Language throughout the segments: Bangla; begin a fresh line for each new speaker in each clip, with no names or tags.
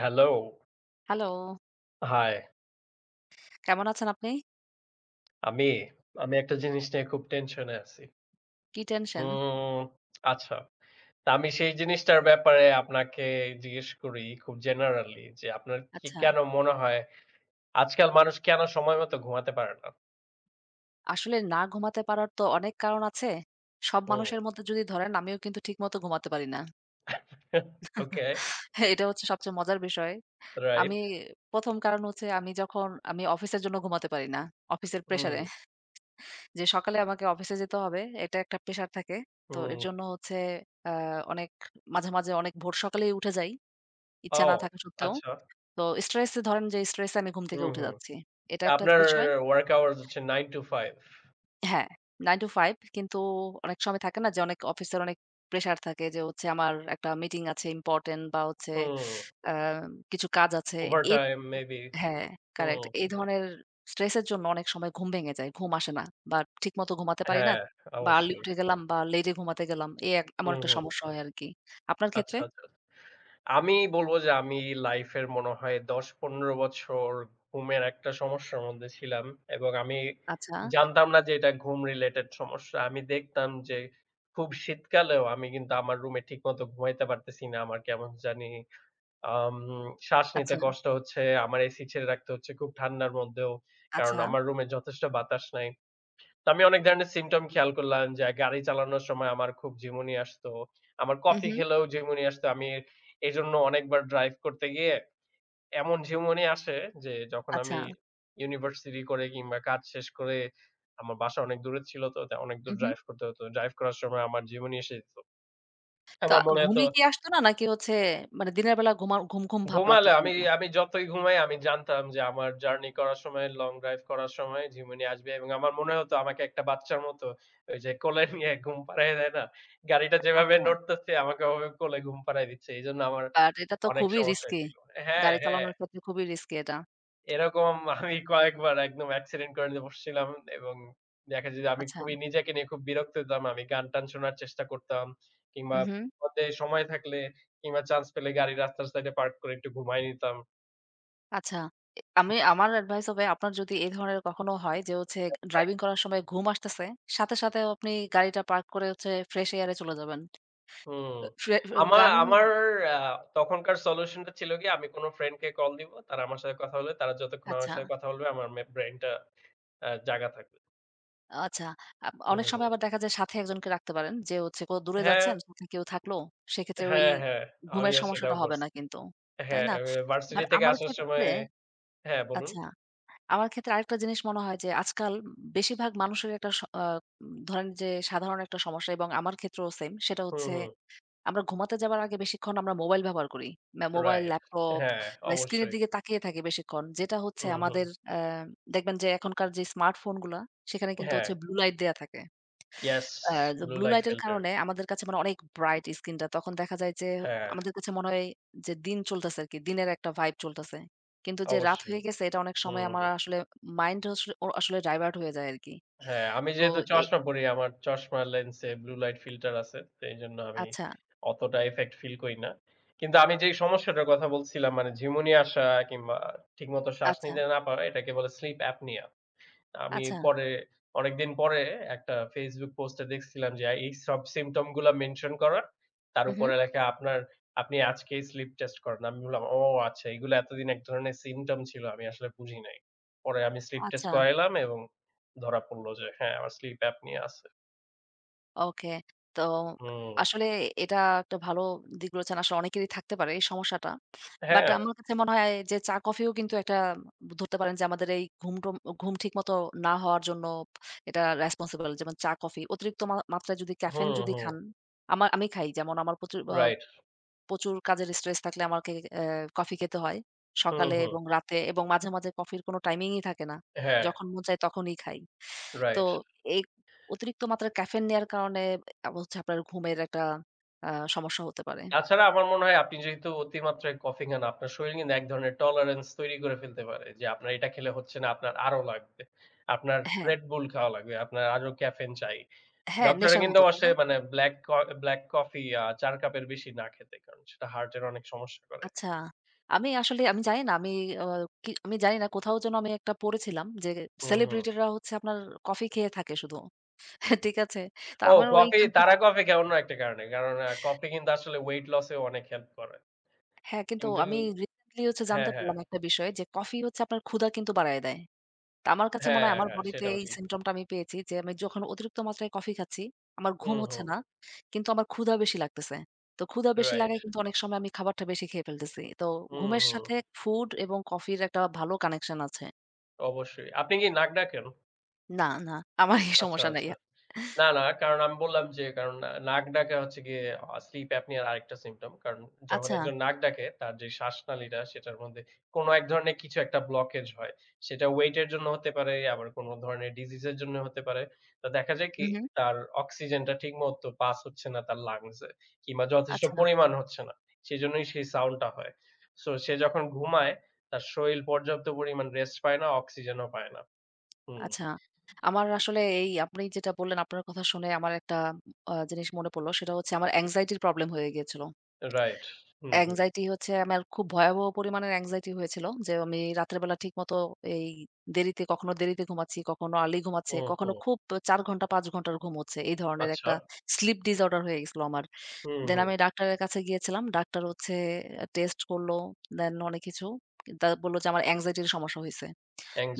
হ্যালো!
Hello,
high.
কেমন আছেন আপনি?
আমি? আমি একটা জিনিস নিয়ে খুব টেনশনে আছি।
কি টেনশন?
উম আচ্ছা। তা আমি সেই জিনিসটার ব্যাপারে আপনাকে জিজ্ঞেস করি খুব জেনারেলি যে, আপনার কি
আচ্ছা।
কেন মনে হয় আজকাল মানুষ কেন সময় মতো ঘুমাতে পারে না?
আসলে না ঘুমাতে পারার তো অনেক কারণ আছে। সব
হুম।
মানুষের মধ্যে যদি ধরেন আমিও কিন্তু ঠিকমতো ঘুমাতে পারি না।
ওকে,
এটা হচ্ছে সবচেয়ে মজার বিষয়।
রাইট।
আমি ১ম কারণ হচ্ছে আমি যখন অফিসের জন্য ঘুমাতে পারি না। অফিসের
হুম,
প্রেশারে। যে সকালে আমাকে অফিসে যেতে হবে, এটা একটা প্রেশার থাকে। তো এর
হুম।
জন্য হচ্ছে আ অনেক মাঝে, মাঝে অনেক ভোর সকালেই উঠে যাই। ইচ্ছা
ও
না থাকা সত্ত্বেও।
আচ্ছা।
তো স্ট্রেসে ধরেন যে স্ট্রেসে আমি ঘুম থেকে
হুম,
উঠে
হুম।
যাচ্ছি। এটা
তা
একটা
আপনার
বিষয়।
ওয়ার্ক আওয়ার্স হচ্ছে 9 to 5?
হ্যাঁ, 9 to 5, কিন্তু অনেক সময় থাকে না। যে অনেক অফিসের অনেক প্রেশার থাকে যে হচ্ছে আমার একটা মিটিং আছে ইম্পোর্টেন্ট বা হচ্ছে
হুম।
আ কিছু কাজ আছে। এ
ওভারটাইম মেবি।
হ্যাঁ,
হুম।
কারেক্ট। এই ধরনের স্ট্রেস এর জন্য অনেক সময় ঘুম ভেঙে যায়। ঘুম আসে না বা ঠিকমতো ঘুমাতে পারি না।
হ্যাঁ,
বা আর্লি
অবশ্যই।
উঠে গেলাম বা লেটে ঘুমাতে গেলাম। এক এমন
হুম,
একটা
হুম।
সমস্যা হয় আরকি। আপনার
আচ্ছা,
ক্ষেত্রে?
আচ্ছা। আমি বলবো যে আমি লাইফের মনে হয় ১০-১৫ বছর ঘুমের একটা সমস্যার মধ্যে ছিলাম এবং আমি
আচ্ছা,
জানতাম না যে এটা ঘুম রিলেটেড সমস্যা। আমি দেখতাম যে খুব শীতকালেও আমি কিন্তু আমার রুমে ঠিকমতো ঘুমাইতে পারতেছি না। আমার কেমন জানি আম শ্বাস নিতে
আচ্ছা,
কষ্ট হচ্ছে। আমার এসি ছেড়ে রাখতে হচ্ছে খুব ঠান্ডার মধ্যেও। কারণ
আচ্ছা।
আমার রুমে যথেষ্ট বাতাস নাই। তো আমি অনেক ধরনের সিম্পটম খেয়াল করলাম যে গাড়ি চালানোর সময় আমার খুব ঝিমুনি আসতো। আমার
হুম,
কফি
হুম।
খেলেও ঝিমুনি আসতো। আমি এজন্য অনেকবার ড্রাইভ করতে গিয়ে এমন ঝিমুনি আসে যে যখন
আচ্ছা।
আমি ইউনিভার্সিটি করে কিংবা কাজ শেষ করে আমার বাসা অনেক দূরে ছিল তো তা অনেক দূর
হুম, হুম।
ড্রাইভ করতে হতো। ড্রাইভ করার সময় আমার ঝিমুনি এসে যেত।
তা
আমার মনে হতো
ঘুমে কি আসতো না নাকি হচ্ছে মানে দিনের বেলা ঘুম ভাব লাগতো
ঘুমালে আমি
কোনটা?
আমি যতই ঘুমাই আমি জানতাম যে আমার জার্নি করার সময়, লং ড্রাইভ করার সময় ঝিমুনি আসবে এবং আমার মনে হতো আমাকে একটা বাচ্চার মতো ওই যে কোলে নিয়ে ঘুম পাড়ায় দেয় না? গাড়িটা যেভাবে
আচ্ছা।
নড়তেছে আমাকে ওভাবে কোলে ঘুম পাড়ায় দিচ্ছে। এজন্য আমার
বাট এটা তো
অনেক
খুবই
সমস্যা
রিস্কি।
হইছিল। হ্যাঁ,
গাড়ি
হ্যাঁ।
চালানোর ক্ষেত্রে খুবই রিস্কি এটা।
এরকম আমি কয়েকবার একদম অ্যাক্সিডেন্ট করে নিয়ে বসছিলাম এবং দেখা যায় যে আমি
আচ্ছা।
খুবই নিজেকে নিয়ে খুব বিরক্ত হতাম। আমি গান-টান শোনার চেষ্টা করতাম কিংবা
উহু,
পথে সময় থাকলে কিংবা চান্স পেলে গাড়ি রাস্তার সাইডে পার্ক করে একটু ঘুমায় নিতাম।
আচ্ছা। আমি আমার এডভাইস হবে, আপনার যদি এই ধরনের কখনো হয় যে হচ্ছে ড্রাইভিং করার সময় ঘুম আসতেছে, সাথে, সাথে আপনি গাড়িটা পার্ক করে হচ্ছে ফ্রেশ এয়ারে চলে যাবেন।
হুম।
আ ফ্রে
আমার
গান
আমার আ তখনকার সলিউশন টা ছিল কি আমি কোন ফ্রেন্ড কে কল দিব। তারা আমার সাথে কথা বলবে। তারা যতক্ষণ আমার
আচ্ছা,
সাথে কথা বলবে আমার ব্রেইন টা জাগা থাকবে।
আচ্ছা।
হুম,
অনেক সময়
হুম।
আবার দেখা যায় সাথে একজনকে রাখতে পারেন। যে হচ্ছে কোথাও দূরে
হ্যাঁ,
যাচ্ছেন, সাথে কেউ থাকলো, সেক্ষেত্রে ওই
হ্যাঁ, হ্যাঁ।
ঘুমের
আমিও
সমস্যাটা
সেটাও
হবে
করছি।
না কিন্তু। তাই
হ্যাঁ,
না? বাট
ভার্সিটি থেকে
আমার
আসার সময়
ক্ষেত্রে
হ্যাঁ, বলুন।
আচ্ছা। আমার ক্ষেত্রে আরেকটা জিনিস মনে হয় যে আজকাল বেশিরভাগ মানুষের একটা স আ ধরেন যে সাধারণ একটা সমস্যা এবং আমার ক্ষেত্রেও সেম। সেটা
হুম,
হচ্ছে
হুম।
আমরা ঘুমাতে যাবার আগে বেশিক্ষণ আমরা মোবাইল ব্যবহার করি। Mobile,
right.
ল্যাপটপ
হ্যাঁ,
বা স্ক্রিনের
অবশ্যই।
দিকে তাকিয়ে থাকি বেশিক্ষণ। যেটা হচ্ছে
হুম, হুম।
আমাদের দেখবেন যে এখনকার যে স্মার্টফোনগুলা, সেখানে কিন্তু
হ্যাঁ।
হচ্ছে ব্লু লাইট দেয়া থাকে।
ইয়েস,
আ
ব্লু
ব্লু
লাইট
লাইট এর
ফিল্টার।
কারণে আমাদের কাছে মানে অনেক ব্রাইট স্কিনটা। তখন দেখা যায় যে
হ্যাঁ,
আমাদের কাছে মনে হয় যে দিন চলতেছে আরকি। দিনের একটা ভাইব চলতেছে। কিন্তু যে রাত
অবশ্যই।
হয়ে গেছে এটা অনেক সময়
হুম।
আমার
হুম
আসলে মাইন্ড আসলে আসলে ডাইভার্ট হয়ে যায় আরকি।
হ্যাঁ, আমি
তো
যেহেতু
এ
চশমা পড়ি, আমার চশমার লেন্সে ব্লু লাইট ফিল্টার আছে। তো এইজন্য আমি
আচ্ছা,
অতটা ইফেক্ট ফিল করি না। কিন্তু আমি যেই সমস্যাটার কথা বলছিলাম মানে ঝিমুনি আসা কিংবা ঠিকমতো শ্বাস
আচ্ছা,
নিতে না পারা এটাকে বলে স্লিপ অ্যাপনিয়া। আমি
আচ্ছা।
পরে অনেকদিন পরে একটা Facebook পোস্টে দেখছিলাম যে এই সব সিম্পটম গুলা মেনশন করা। তার উপরে
উহু,
লেখা আপনি আজকেই স্লিপ টেস্ট করেন। আমি বললাম, "ও আচ্ছা এগুলো এতদিন এক ধরনের সিম্পটম ছিল। আমি আসলে বুঝি নাই।" পরে আমি স্লিপ টেস্ট
আচ্ছা।
করাইলাম এবং ধরা পড়ল যে হ্যাঁ, আমার স্লিপ অ্যাপনিয়া আছে।
ওকে। তো
হুম।
আসলে এটা একটা ভালো দিক বলেছেন। আসলে অনেকেরই থাকতে পারে এই সমস্যাটা। বাট
হ্যাঁ।
আমার কাছে মনে হয় যে চা কফিও কিন্তু একটা ধরতে পারেন যে আমাদের এই ঘুম-টুম, ঘুম ঠিকমতো না হওয়ার জন্য এটা রেসপনসিবল। যেমন চা কফি অতিরিক্ত মাত্রায় যদি ক্যাফেইন
হুম,
যদি
হুম।
খান, আমি খাই যেমন। আমার প্রচুর
রাইট।
প্রচুর কাজের স্ট্রেস থাকলে আমাকে কফি খেতে হয়।
হুম,
সকালে
হুম।
এবং রাতে, এবং মাঝে, মাঝে কফির কোনো টাইমিংই থাকে না।
হ্যাঁ,
যখন মন চায় তখনই খাই। তো
রাইট।
এই অতিরিক্ত মাত্রায় ক্যাফেইন নেয়ার কারণে হচ্ছে আপনার ঘুমের একটা আ সমস্যা হতে পারে।
তাছাড়া আমার মনে হয় আপনি যেহেতু অতিমাত্রায় কফি খান, আপনার শরীর কিন্তু এক ধরনের টলারেন্স তৈরি করে ফেলতে পারে। যে আপনার এটা খেলে হচ্ছে না, আপনার আরো লাগবে। আপনার
হ্যাঁ,
Red Bull খাওয়া লাগবে, আপনার আরো ক্যাফেইন চাই।
হ্যাঁ,
ডক্টররা
নেশার
কিন্তু
মতো, তাই
বসে
না?
মানে ব্লাক কফি ৪ কাপের বেশি না খেতে। কারণ সেটা হার্টের অনেক সমস্যা করে।
আচ্ছা। আমি আসলে জানি না আমি আ কি আমি জানি না, কোথাও যেন আমি একটা পড়েছিলাম যে
হুম, হুম।
সেলিব্রিটিরা হচ্ছে আপনার কফি খেয়ে থাকে শুধু। ঠিক আছে? তো
ও
আমার
কফি,
ওইখান থেকে
তারা কফি খায় অন্য একটা কারণে। কারণ কফি কিন্তু আসলে ওয়েট লস এও অনেক হেল্প করে।
হ্যাঁ, কিন্তু
কিন্তু
আমি রিসেন্টলি হচ্ছে
হ্যাঁ,
জানতে
হ্যাঁ।
পারলাম একটা বিষয় যে কফি হচ্ছে আপনার ক্ষুধা কিন্তু বাড়ায় দেয়। তো আমার কাছে মনে
হ্যাঁ,
হয় আমার
হ্যাঁ
বডিতে
সেটাও
এই
ঠিক।
সিম্পটমটা আমি পেয়েছি, যে আমি যখন অতিরিক্ত মাত্রায় কফি খাচ্ছি, আমার ঘুম
হুম,
হচ্ছে
হুম।
না। কিন্তু আমার ক্ষুধা বেশি লাগতেছে। তো ক্ষুধা বেশি
রাইট।
লাগায় কিন্তু অনেক সময় আমি খাবারটা বেশি খেয়ে ফেলতেছি। তো
হুম,
ঘুমের
হুম।
সাথে ফুড এবং কফির একটা ভালো কানেকশন আছে।
অবশ্যই। আপনি কি নাক ডাকেন?
না, না আমার এই
আচ্ছা,
সমস্যা নাই।
আচ্ছা। না, না কারণ আমি বললাম যে কারণ না নাক ডাকা হচ্ছে গিয়ে sleep apnea র আরেকটা symptom কারণ যখন
আচ্ছা,
একজন নাক ডাকে তার যে শ্বাসনালীটা সেটার মধ্যে কোন এক ধরনের কিছু একটা blockage হয়। সেটা weight এর জন্য হতে পারে আবার কোন ধরনের disease এর জন্য হতে পারে। তো দেখা যায় কি
হু, হু,
তার অক্সিজেনটা ঠিকমতো পাস হচ্ছে না তার lungs এ কিংবা যথেষ্ট
আচ্ছা,
পরিমাণ হচ্ছে না। সেজন্যই সেই সাউন্ডটা হয়। সো সে যখন ঘুমায় তার শরীর পর্যাপ্ত পরিমাণ রেস্ট পায় না, অক্সিজেনও পায় না। হুম,
আচ্ছা। আমার আসলে এই আপনি যেটা বললেন আপনার কথা শুনে আমার একটা জিনিস মনে পড়লো, সেটা হচ্ছে আমার anxiety র প্রবলেম হয়ে গিয়েছিল।
রাইট। হুম, হুম,
anxiety হচ্ছে আমার খুব ভয়াবহ পরিমাণের anxiety হয়েছিল। যে আমি রাতের বেলা ঠিকমতো এই দেরিতে, কখনো দেরিতে ঘুমাচ্ছি, কখনো early ঘুমাচ্ছে,
হুম,
কখনো
হুম।
খুব ৪ ঘন্টা ৫ ঘন্টার ঘুম হচ্ছে। এই ধরনের
আচ্ছা।
একটা sleep disorder হয়ে গেছিল আমার।
হুম,
দেন
হুম।
আমি ডাক্তারের কাছে গিয়েছিলাম। ডাক্তার হচ্ছে টেস্ট করলো, দেন অনেক কিছু। তা বলল যে আমার anxiety র সমস্যা হইছে।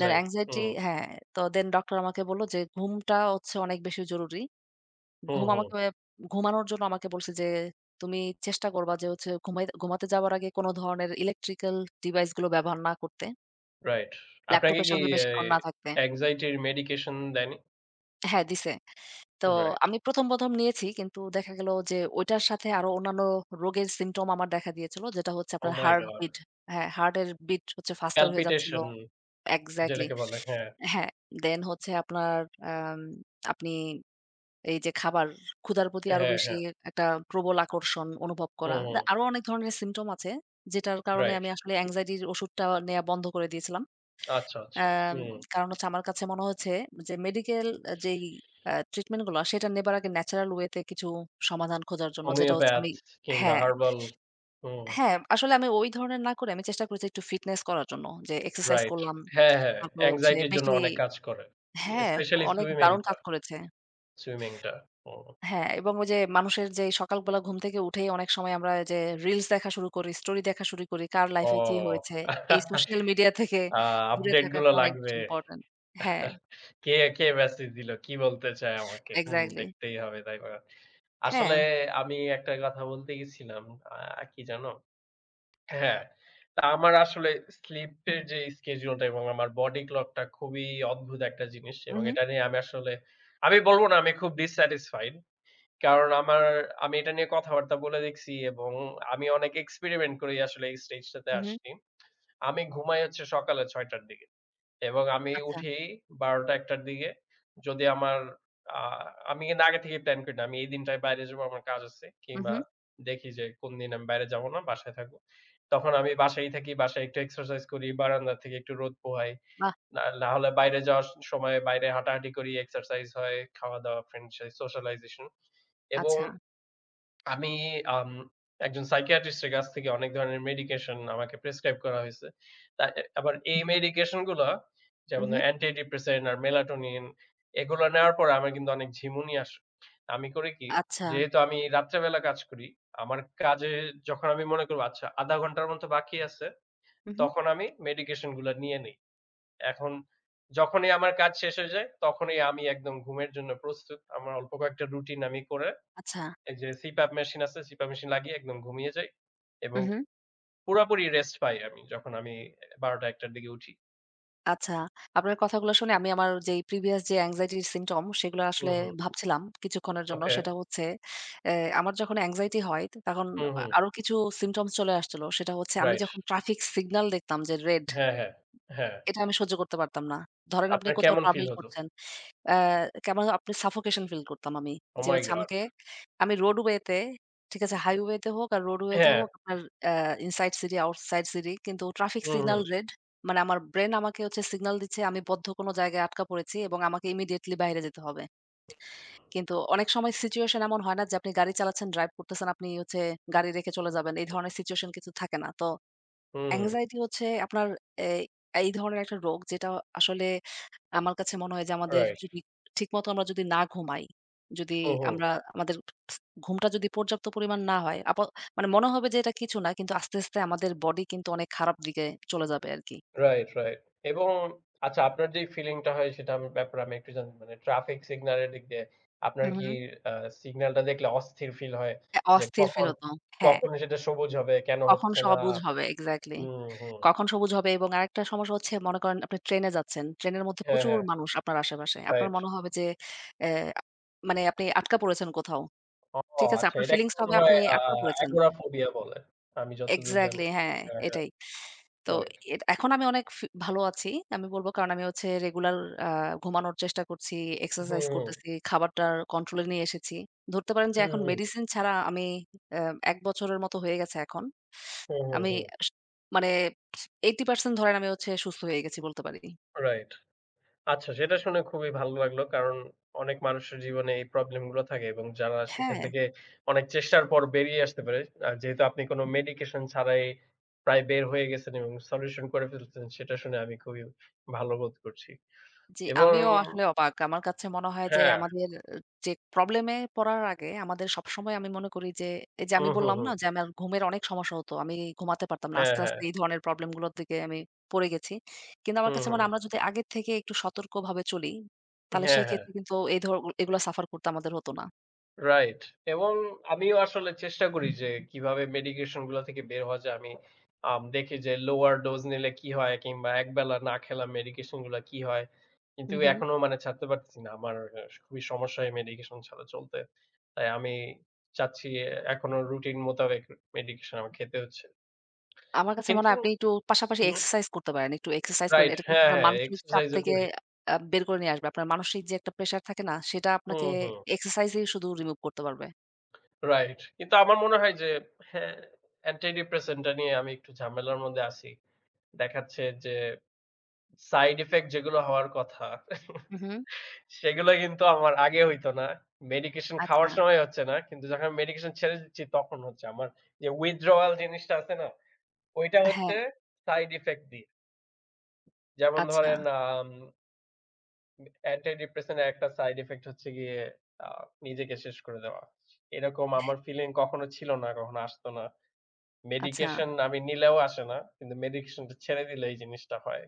দেন anxiety
হুম,
হ্যাঁ, তো দেন ডক্টর আমাকে বলল যে ঘুমটা হচ্ছে অনেক বেশি জরুরি।
হুম,
ঘুম
হুম।
আমাকে ঘুমানোর জন্য আমাকে বলছে যে, "তুমি চেষ্টা করবা যে হচ্ছে ঘুমাতে যাওয়ার আগে কোনো ধরনের ইলেকট্রিক্যাল ডিভাইস গুলো ব্যবহার না করতে।
রাইট। আপনাকে
ল্যাপটপের
কি
সামনে
এ
বেশিক্ষণ না থাকতে।"
anxiety র medication দেয়নি?
হ্যাঁ, দিছে। তো
রাইট।
আমি ১ম নিয়েছি, কিন্তু দেখা গেল যে ওইটার সাথে আরো অন্যান্য রোগের সিম্পটম আমার দেখা দিয়েছিল। যেটা হচ্ছে আপনার
Oh my
heart beat,
god!
হ্যাঁ, হার্টের বিট হচ্ছে ফাস্টার হয়ে যাচ্ছিল।
palpitation
এক্সাক্টলি
যেটাকে বলে হ্যাঁ,
হ্যাঁ, দেন হচ্ছে আপনার আম আপনি এই যে খাবার, ক্ষুধার প্রতি আরো
হ্যাঁ,
বেশি
হ্যাঁ।
একটা প্রবল আকর্ষণ অনুভব করা।
হুম,
দা
হুম।
আরো অনেক ধরনের সিম্পটম আছে, যেটার কারণে
রাইট।
আমি আসলে anxiety-র ওষুধটা নেয়া বন্ধ করে দিয়েছিলাম।
আচ্ছা, আচ্ছা।
অ্যাম
হুম।
কারণ হচ্ছে আমার কাছে মনে হয়েছে যে মেডিকেল যেই ট্রিটমেন্ট গুলা সেটা নেবার আগে ন্যাচারাল ওয়েতে কিছু সমাধান খোঁজার জন্য যেটা হচ্ছে
হোমিওপ্যাথ
আমি,
কিংবা
হ্যাঁ,
হার্বাল হুম,
হ্যাঁ, আসলে আমি ওই ধরনের না করে আমি চেষ্টা করেছি একটু ফিটনেস করার জন্য। যে এক্সারসাইজ
রাইট।
করলাম।
হ্যাঁ, হ্যাঁ।
তারপর হচ্ছে
anxiety র জন্য
বেশি
অনেক কাজ করে।
হ্যাঁ,
স্পেশালি
অনেক দারুণ
সুইমিংটা,
কাজ করেছে।
সুইমিংটা। হুম।
হ্যাঁ, এবং ওই যে মানুষের যে সকালবেলা ঘুম থেকে উঠেই অনেক সময় আমরা যে রিলস দেখা শুরু করি, স্টোরি দেখা শুরু করি, কার লাইফে কি
ও
হয়েছে। এই সোশ্যাল মিডিয়া থেকে
আ
দূরে
আপডেট গুলো
থাকাটা অনেক বেশি
লাগবে।
ইম্পোর্টেন্ট। হ্যাঁ,
কে, কে মেসেজ দিল? কি বলতে চায় আমাকে? হুম,
এক্সাক্টলি।
দেখতেই হবে তাই করা। আসলে
হ্যাঁ।
আমি একটা কথা বলতে গেছিলাম, কি জানো? হ্যাঁ, তা আমার আসলে স্লিপের যে schedule টা এবং আমার বডি ক্লক টা খুবই অদ্ভুত একটা জিনিস এবং
উহু,
এটা নিয়ে আমি আসলে আমি বলব না আমি খুব dissatisfied কারণ আমার আমি এটা নিয়ে কথাবার্তা বলে দেখছি এবং আমি অনেক experiment করেই আসলে এই স্টেজটাতে
উহু।
আসছি। আমি ঘুমাই হচ্ছে সকালে ৬ টার দিকে। এবং আমি
আচ্ছা।
উঠি ১২ঃ০০-১টার দিকে। যদি আমার আ আমি কিন্তু আগে থেকেই প্ল্যান করি না। আমি এই দিনটায় বাইরে যাবো, আমার কাজ আছে। কিংবা
উহু।
দেখি যে কোন দিন আমি বাইরে যাবো না, বাসায় থাকবো। তখন আমি বাসায়ই থাকি। বাসায় একটু এক্সারসাইজ করি, বারান্দা থেকে একটু রোদ পোহাই।
বাহ!
না না হলে বাইরে যাওয়ার সময় বাইরে হাঁটাহাঁটি করি, এক্সারসাইজ হয়, খাওয়া-দাওয়া, ফ্রেন্ডের সাথে সোশ্যালাইজেশন এবং
আচ্ছা।
আমি আম একজন সাইকিয়াট্রিস্ট এর কাছ থেকে অনেক ধরনের মেডিকেশন আমাকে প্রেসক্রাইব করা হইছে। তা আবার এই মেডিকেশন গুলা যেমন
উহু।
ধরেন অ্যান্টি ডিপ্রেসেন্ট আর মেলাটোনিন এগুলো নেওয়ার পরে আমার কিন্তু অনেক ঝিমুনি আসে। আমি করি কি,
আচ্ছা।
যেহেতু আমি রাত্রেবেলা কাজ করি, আমার কাজে যখন আমি মনে করব আচ্ছা ০.৫ ঘন্টার মতো বাকি আছে,
উহু।
তখন আমি মেডিকেশন গুলা নিয়ে নেই। এখন যখনই আমার কাজ শেষ হয়ে যায়, তখনই আমি একদম ঘুমের জন্য প্রস্তুত। আমার অল্প কয়েকটা রুটিন আমি করে
আচ্ছা।
এই যে CPAP মেশিন আছে, CPAP মেশিন লাগিয়ে একদম ঘুমিয়ে যাই এবং
উহু।
পুরাপুরি রেস্ট পাই আমি যখন আমি ১২ঃ০০-১টার দিকে উঠি।
আচ্ছা। আপনার কথাগুলো শুনে আমি আমার যেই প্রিভিয়াস যে anxiety র symptom সেগুলো
হুম,
আসলে
হুম।
ভাবছিলাম কিছুক্ষণের জন্য।
ওকে।
সেটা হচ্ছে অ্যা আমার যখন anxiety হয় তখন
হুম, হুম।
আরো কিছু symptoms চলে আসছিল। সেটা হচ্ছে আমি
রাইট।
যখন ট্রাফিক সিগনাল দেখতাম যে রেড,
হ্যাঁ, হ্যাঁ। হ্যাঁ।
এটা আমি সহ্য করতে পারতাম না। ধরেন আপনি
আপনার
কোথাও
কেমন ফিল
ট্রাভেল
হতো?
করছেন, আ কেমন আপনি সাফোকেশন ফিল করতাম আমি।
ওহ
যে
মাই
হচ্ছে
গড!
আমাকে, আমি রোডওয়ে তে ঠিক আছে? হাইওয়ে তে হোক আর রোডওয়ে তে
হ্যাঁ।
হোক আপনার uh inside city, outside city, কিন্তু ট্রাফিক
হুম, হুম।
Signal red. মানে আমার ব্রেন আমাকে হচ্ছে সিগন্যাল দিচ্ছে আমি বদ্ধ কোন জায়গায় আটকা পড়েছি এবং আমাকে ইমিডিয়েটলি বাইরে যেতে হবে। কিন্তু অনেক সময় সিচুয়েশন এমন হয় না যে আপনি গাড়ি চালাচ্ছেন, ড্রাইভ করতেছেন, আপনি হচ্ছে গাড়ি রেখে চলে যাবেন। এই ধরনের সিচুয়েশন কিছু থাকে না। তো
হুম,
anxiety হচ্ছে আপনার এই, এই ধরনের একটা রোগ যেটা আসলে আমার কাছে মনে হয় যে আমাদের
রাইট।
যদি ঠিকমতো আমরা যদি না ঘুমাই, যদি
হুম, হুম।
আমরা আমাদের ঘুমটা যদি পর্যাপ্ত পরিমাণ না হয়, মানে মনে হবে যে এটা কিছু না, কিন্তু আস্তে, আস্তে আমাদের বডি কিন্তু অনেক খারাপ দিকে চলে যাবে আরকি।
Right, right. এবং আচ্ছা আপনার যেই ফিলিংটা হয় সেটার ব্যাপারে আমি একটু জানতে মানে ট্রাফিক সিগন্যালের দিক দিয়ে আপনার
হুম,
কি
হুম।
আ সিগন্যালটা দেখলে অস্থির ফিল হয়?
হ্যাঁ,
যে
অস্থির ফিল হতো। হ্যাঁ,
কখন সেটা সবুজ হবে? কেন
কখন
হচ্ছে না?
সবুজ হবে এক্সাক্টলি।
হুম, হুম।
কখন সবুজ হবে, এবং আরেকটা সমস্যা হচ্ছে, মনে করেন আপনি ট্রেনে যাচ্ছেন। ট্রেনের মধ্যে
হ্যাঁ,
প্রচুর
হ্যাঁ,
মানুষ আপনার আশেপাশে। আপনার
রাইট।
মনে হবে যে অ্যা মানে আপনি আটকা পড়েছেন কোথাও।
ও
ঠিক আছে।
আচ্ছা
আপনার
এটাকে
ফিলিংস
মনে
হবে
হয়
আপনি আটকা পড়েছেন।
অ্যাগোরাফোবিয়া বলে। আমি যতদূর জানি।
এক্সাক্টলি হ্যাঁ,
হ্যাঁ, হ্যাঁ,
এটাই। তো
রাইট।
এখন আমি অনেক ভালো আছি। আমি বলব কারণ আমি হচ্ছে রেগুলার আ ঘুমানোর চেষ্টা করছি, এক্সারসাইজ
হুম,
করতেছি, খাবারটার কন্ট্রোল এ নিয়ে এসেছি। ধরতে পারেন যে এখন
হুম,
মেডিসিন ছাড়া আমি অ্যা ১ বছরের মতো হয়ে গেছে এখন।
হুম, হুম,
আমি
হুম,
আস মানে 80% ধরেন আমি হচ্ছে সুস্থ হয়ে গেছি বলতে পারি।
রাইট। আচ্ছা সেটা শুনে খুবই ভালো লাগলো। কারণ অনেক মানুষের জীবনে এই প্রবলেম গুলো থাকে এবং যারা সেখান
হ্যাঁ।
থেকে অনেক চেষ্টার পর বেরিয়ে আসতে পারে। আর যেহেতু আপনি কোন মেডিকেশন ছাড়াই প্রায় বের হয়ে গেছেন এবং সলিউশন করে ফেলতেছেন সেটা শুনে আমি খুবই ভালো বোধ করছি।
জি,
এবং
আমিও আসলে অবাক। আমার কাছে মনে হয় যে
হ্যাঁ,
আমাদের যে প্রবলেম এ পড়ার আগে আমাদের সবসময় আমি মনে করি যে, এই যে আমি
হুম, হুম,
বললাম না
হুম।
যে আমার ঘুমের অনেক সমস্যা হতো। আমি ঘুমাতে পারতাম না।
হ্যাঁ,
আস্তে,
হ্যাঁ,
আস্তে এই ধরনের প্রবলেম গুলোর দিকে আমি পড়ে গেছি। কিন্তু আমার
হুম,
কাছে মনে
হুম।
হয় আমরা যদি আগের থেকে একটু সতর্কভাবে চলি, তাহলে
হ্যাঁ,
সেই
হ্যাঁ।
ক্ষেত্রে কিন্তু এই ধর এগুলা সাফার করতে আমাদের হতো না।
রাইট। এবং আমিও আসলে চেষ্টা করি যে কিভাবে মেডিকেশন গুলা থেকে বের হওয়া যায়। আমি দেখি যে লোয়ার ডোজ নিলে কি হয় কিংবা একবেলা না খেলা মেডিকেশন গুলা কি হয়। কিন্তু
হু, হু।
এখনো মানে ছাড়তে পারতেছি না। আমার খুবই সমস্যা এই মেডিকেশন ছাড়া চলতে। তাই আমি চাচ্ছি এখনো রুটিন মোতাবেক মেডিকেশন আমার খেতে হচ্ছে।
আমার কাছে মনে
কিন্তু
হয় আপনি একটু পাশাপাশি
হুম,
এক্সারসাইজ করতে পারেন। একটু এক্সারসাইজ করেন।
রাইট।
এটা কিন্তু
হ্যাঁ,
আপনার
হ্যাঁ,
মানসিক চাপ
এক্সারসাইজ ও
থেকে
করি।
বের করে নিয়ে আসবে। আপনার মানসিক যে একটা প্রেশার থাকে না? সেটা আপনাকে
হুম, হুম।
এক্সারসাইজেই শুধু রিমুভ করতে পারবে।
রাইট। কিন্তু আমার মনে হয় যে হ্যাঁ, অ্যান্টিডিপ্রেসেন্ট টা নিয়ে আমি একটু ঝামেলার মধ্যে আছি। দেখাচ্ছে যে সাইড ইফেক্ট যেগুলো হওয়ার কথা
হু, হু।
সেগুলো কিন্তু আমার আগে হইতো না। মেডিকেশন
আচ্ছা।
খাওয়ার সময় হচ্ছে না। কিন্তু যখন আমি মেডিকেশন ছেড়ে দিচ্ছি তখন হচ্ছে। আমার যে withdrawal জিনিসটা আছে না? ওইটা
হ্যাঁ,
হচ্ছে সাইড ইফেক্ট দিয়ে। যেমন
আচ্ছা,
ধরেন অ্যান্টি ডিপ্রেসেন্ট এর একটা সাইড ইফেক্ট হচ্ছে গিয়ে আ নিজেকে শেষ করে দেওয়া। এরকম আমার ফিলিং কখনো ছিল না, কখনো আসতো না।
আচ্ছা।
মেডিকেশন আমি নিলেও আসে না। কিন্তু মেডিকেশনটা ছেড়ে দিলে এই জিনিসটা হয়।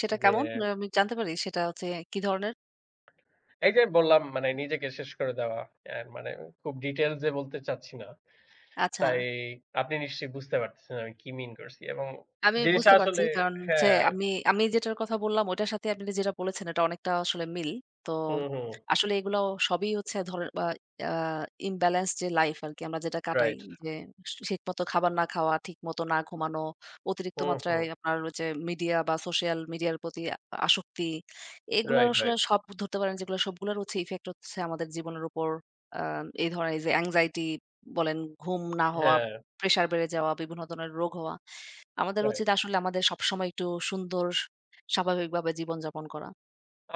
সেটা
যে
কেমন? আহ, আমি জানতে পারি সেটা হচ্ছে কি ধরনের?
এই যে বললাম মানে নিজেকে শেষ করে দেওয়া। মানে খুব ডিটেইলস এ বলতে চাচ্ছি না।
আচ্ছা।
তাই আপনি নিশ্চয়ই বুঝতে পারতেছেন আমি কি মিন করছি এবং
আমি
জিনিসটা
বুঝতে পারছি।
আসলে
কারণ হচ্ছে
হ্যাঁ,
আমি, আমি যেটার কথা বললাম ওইটার সাথে আপনি যেটা বলেছেন এটা অনেকটা আসলে মিল। তো
হুম, হুম।
আসলে এগুলো সবই হচ্ছে ধরেন বা আ ইমব্যালেন্স যে লাইফ আরকি আমরা যেটা কাটাই,
রাইট।
যে ঠিকমতো খাবার না খাওয়া, ঠিকমতো না ঘুমানো, অতিরিক্ত
হুম, হুম।
মাত্রায় আপনার হচ্ছে মিডিয়া বা সোশ্যাল মিডিয়ার প্রতি আসক্তি। এগুলার
রাইট,
আসলে
রাইট।
সব ধরতে পারেন যেগুলো সবগুলোর হচ্ছে ইফেক্ট হচ্ছে আমাদের জীবনের উপর। আ এই ধরেন এই যে anxiety বলেন, ঘুম না হওয়া,
হ্যাঁ,
প্রেশার বেড়ে যাওয়া, বিভিন্ন ধরনের রোগ হওয়া। আমাদের
রাইট।
উচিত আসলে আমাদের সবসময় একটু সুন্দর স্বাভাবিকভাবে জীবনযাপন করা।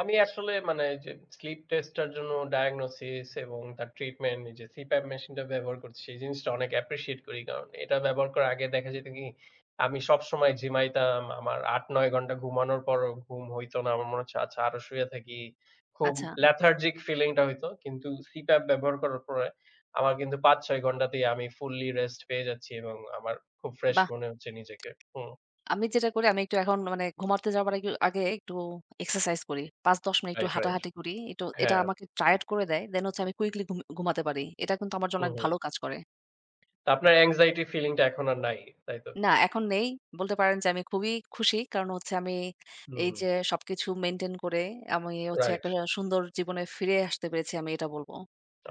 আমি আসলে মানে এই যে স্লিপ টেস্টটার জন্য ডায়াগনোসিস এবং তার ট্রিটমেন্ট এই যে CPAP মেশিনটা ব্যবহার করছি সেই জিনিসটা অনেক অ্যাপ্রিশিয়েট করি। কারণ এটা ব্যবহার করার আগে দেখা যেত কি আমি সবসময় ঝিমাইতাম। আমার ৮-৯ ঘন্টা ঘুমানোর পরও ঘুম হইতো না। আমার মনে হচ্ছে আচ্ছা আরো শুয়ে থাকি। খুব
আচ্ছা,
লেথার্জিক ফিলিংটা হইতো। কিন্তু CPAP ব্যবহার করার পরে আমার কিন্তু ৫-৬ ঘন্টাতেই আমি ফুললি রেস্ট পেয়ে যাচ্ছি এবং আমার খুব ফ্রেশ
বাহ!
মনে হচ্ছে নিজেকে। হুম।
আমি যেটা করি আমি একটু এখন মানে ঘুমাতে যাবার আগে আগে একটু এক্সারসাইজ করি। ৫-১০ মিনিট একটু
রাইট, রাইট।
হাঁটাহাঁটি করি। একটু এটা
হ্যাঁ।
আমাকে টায়ার্ড করে দেয়। দেন হচ্ছে আমি কুইকলি ঘুমাতে পারি। এটা কিন্তু আমার জন্য
হুম,
অনেক
হুম।
ভালো কাজ করে।
তো আপনার anxiety ফিলিংটা এখন আর নাই, তাই তো?
না, এখন নেই। বলতে পারেন যে আমি খুবই খুশি। কারণ হচ্ছে আমি
হুম,
এই যে সবকিছু মেইনটেইন করে আমি হচ্ছে
রাইট।
একটা সুন্দর জীবনে ফিরে আসতে পেরেছি, আমি এটা বলব।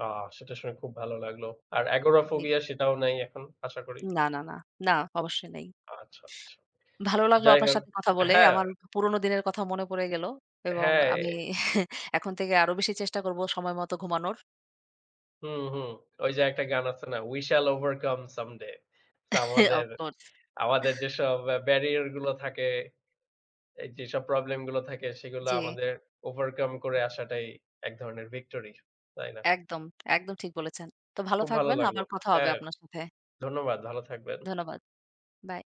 আহ সেটা শুনে খুব ভালো লাগলো। আর
জি।
এগোরাফোবিয়া সেটাও নাই এখন আশা করি।
না, না, না। না, অবশ্যই নেই।
আচ্ছা, আচ্ছা।
ভালো লাগলো
যাই
আপনার
হোক
সাথে কথা বলে।
হ্যাঁ,
আমার পুরোনো দিনের কথা মনে পড়ে গেল এবং
হ্যাঁ।
আমি এখন থেকে আরো বেশি চেষ্টা করব সময় মতো ঘুমানোর।
হুম, হুম। ওই যে একটা গান আছে না? "We shall overcome someday" তো আমাদের
Of course
আমাদের যেসব ব্যারিয়ার গুলো থাকে, এই যেসব প্রবলেম গুলো থাকে সেগুলো
জি,
আমাদের ওভারকাম করে আসাটাই এক ধরনের ভিক্টরি। তাই না?
একদম, একদম ঠিক বলেছেন। তো ভালো
খুব ভালো
থাকবেন।
লাগলো।
আবার কথা হবে
হ্যাঁ,
আপনার সাথে।
ধন্যবাদ। ভালো থাকবেন।
ধন্যবাদ। বাই।